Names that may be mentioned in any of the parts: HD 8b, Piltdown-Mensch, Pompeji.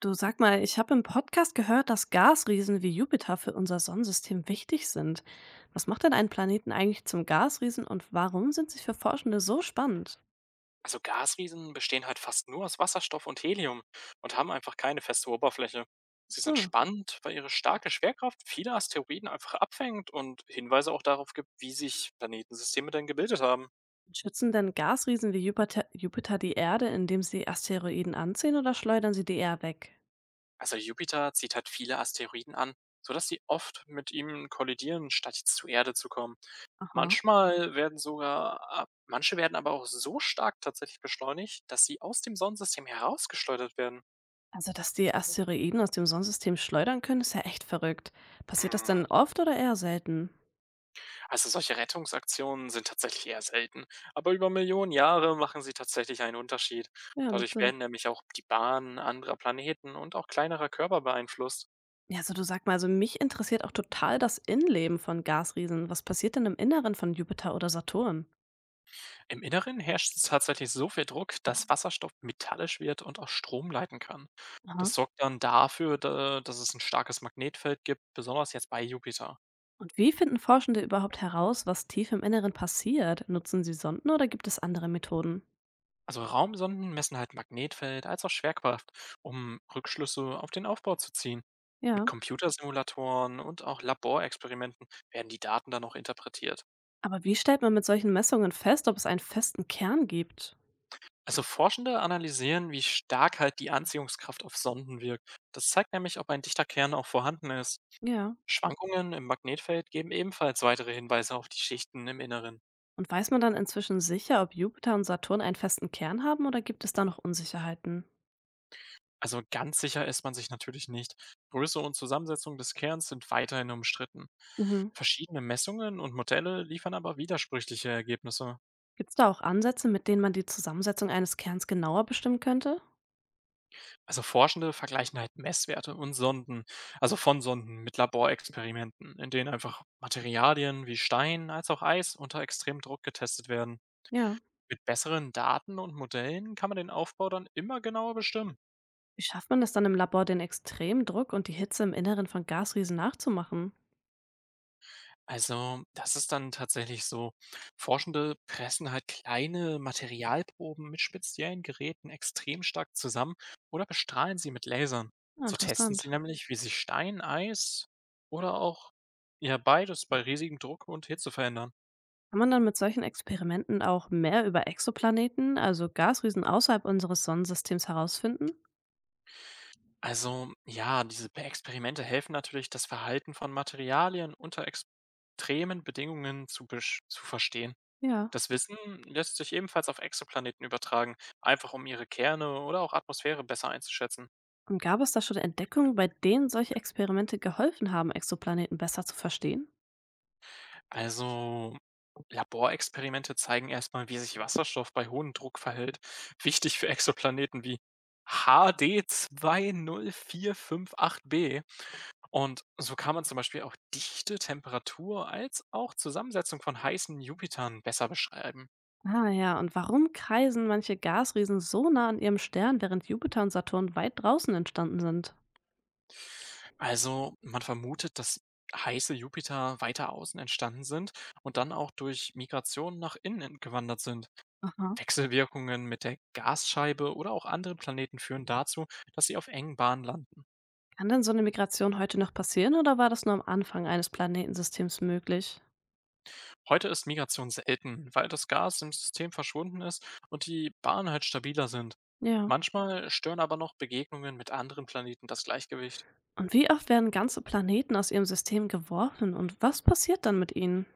Du sag mal, ich habe im Podcast gehört, dass Gasriesen wie Jupiter für unser Sonnensystem wichtig sind. Was macht denn einen Planeten eigentlich zum Gasriesen und warum sind sie für Forschende so spannend? Also Gasriesen bestehen halt fast nur aus Wasserstoff und Helium und haben einfach keine feste Oberfläche. Sie sind So. spannend, weil ihre starke Schwerkraft viele Asteroiden einfach abfängt und Hinweise auch darauf gibt, wie sich Planetensysteme denn gebildet haben. Schützen denn Gasriesen wie Jupiter, die Erde, indem sie Asteroiden anziehen oder schleudern sie die eher weg? Also Jupiter zieht halt viele Asteroiden an, sodass sie oft mit ihm kollidieren, statt jetzt zur Erde zu kommen. Aha. Manchmal werden sogar, manche werden aber auch so stark tatsächlich beschleunigt, dass sie aus dem Sonnensystem herausgeschleudert werden. Also, dass die Asteroiden aus dem Sonnensystem schleudern können, ist ja echt verrückt. Passiert das denn oft oder eher selten? Also solche Rettungsaktionen sind tatsächlich eher selten, aber über Millionen Jahre machen sie tatsächlich einen Unterschied. Ja, macht Dadurch Sinn. werden nämlich auch die Bahnen anderer Planeten und auch kleinerer Körper beeinflusst. Ja, also du sag mal, also mich interessiert auch total das Innenleben von Gasriesen. Was passiert denn im Inneren von Jupiter oder Saturn? Im Inneren herrscht tatsächlich so viel Druck, dass Wasserstoff metallisch wird und auch Strom leiten kann. Das Aha. sorgt dann dafür, dass es ein starkes Magnetfeld gibt, besonders jetzt bei Jupiter. Und wie finden Forschende überhaupt heraus, was tief im Inneren passiert? Nutzen sie Sonden oder gibt es andere Methoden? Also Raumsonden messen halt Magnetfeld als auch Schwerkraft, um Rückschlüsse auf den Aufbau zu ziehen. Mit Ja. Computersimulatoren und auch Laborexperimenten werden die Daten dann noch interpretiert. Aber wie stellt man mit solchen Messungen fest, ob es einen festen Kern gibt? Also Forschende analysieren, wie stark halt die Anziehungskraft auf Sonden wirkt. Das zeigt nämlich, ob ein dichter Kern auch vorhanden ist. Ja. Schwankungen im Magnetfeld geben ebenfalls weitere Hinweise auf die Schichten im Inneren. Und weiß man dann inzwischen sicher, ob Jupiter und Saturn einen festen Kern haben oder gibt es da noch Unsicherheiten? Also ganz sicher ist man sich natürlich nicht. Größe und Zusammensetzung des Kerns sind weiterhin umstritten. Mhm. Verschiedene Messungen und Modelle liefern aber widersprüchliche Ergebnisse. Gibt es da auch Ansätze, mit denen man die Zusammensetzung eines Kerns genauer bestimmen könnte? Also Forschende vergleichen halt Messwerte und Sonden, also von Sonden mit Laborexperimenten, in denen einfach Materialien wie Stein als auch Eis unter extremem Druck getestet werden. Ja. Mit besseren Daten und Modellen kann man den Aufbau dann immer genauer bestimmen. Wie schafft man es dann im Labor, den extremen Druck und die Hitze im Inneren von Gasriesen nachzumachen? Also, das ist dann tatsächlich so. Forschende pressen halt kleine Materialproben mit speziellen Geräten extrem stark zusammen oder bestrahlen sie mit Lasern. Ah, So testen interessant. sie nämlich, wie sich Stein, Eis oder auch ja beides bei riesigem Druck und Hitze verändern. Kann man dann mit solchen Experimenten auch mehr über Exoplaneten, also Gasriesen außerhalb unseres Sonnensystems herausfinden? Also, ja, diese Experimente helfen natürlich, das Verhalten von Materialien unter extremen Bedingungen zu verstehen. Ja. Das Wissen lässt sich ebenfalls auf Exoplaneten übertragen, einfach um ihre Kerne oder auch Atmosphäre besser einzuschätzen. Und gab es da schon Entdeckungen, bei denen solche Experimente geholfen haben, Exoplaneten besser zu verstehen? Also Laborexperimente zeigen erstmal, wie sich Wasserstoff bei hohem Druck verhält. Wichtig für Exoplaneten wie HD 8b. Und so kann man zum Beispiel auch Dichte, Temperatur als auch Zusammensetzung von heißen Jupitern besser beschreiben. Ah ja, und warum kreisen manche Gasriesen so nah an ihrem Stern, während Jupiter und Saturn weit draußen entstanden sind? Also, man vermutet, dass heiße Jupiter weiter außen entstanden sind und dann auch durch Migration nach innen gewandert sind. Aha. Wechselwirkungen mit der Gasscheibe oder auch anderen Planeten führen dazu, dass sie auf engen Bahnen landen. Kann denn so eine Migration heute noch passieren oder war das nur am Anfang eines Planetensystems möglich? Heute ist Migration selten, weil das Gas im System verschwunden ist und die Bahnen halt stabiler sind. Ja. Manchmal stören aber noch Begegnungen mit anderen Planeten das Gleichgewicht. Und wie oft werden ganze Planeten aus ihrem System geworfen und was passiert dann mit ihnen?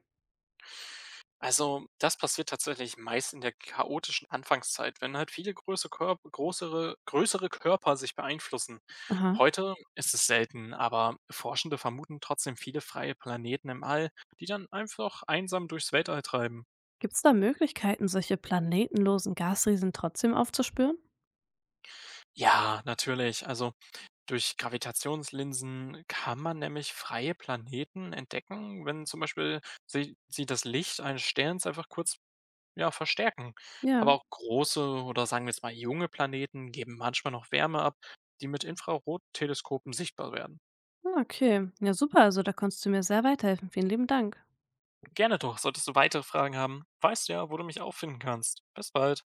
Also, das passiert tatsächlich meist in der chaotischen Anfangszeit, wenn halt viele große größere Körper sich beeinflussen. Aha. Heute ist es selten, aber Forschende vermuten trotzdem viele freie Planeten im All, die dann einfach einsam durchs Weltall treiben. Gibt es da Möglichkeiten, solche planetenlosen Gasriesen trotzdem aufzuspüren? Ja, natürlich. Also durch Gravitationslinsen kann man nämlich freie Planeten entdecken, wenn zum Beispiel sie das Licht eines Sterns einfach kurz ja verstärken. Ja. Aber auch große oder sagen wir jetzt mal junge Planeten geben manchmal noch Wärme ab, die mit Infrarotteleskopen sichtbar werden. Ah, okay. Ja, super. Also, da konntest du mir sehr weiterhelfen. Vielen lieben Dank. Gerne doch, solltest du weitere Fragen haben, weißt du ja, wo du mich auffinden kannst. Bis bald.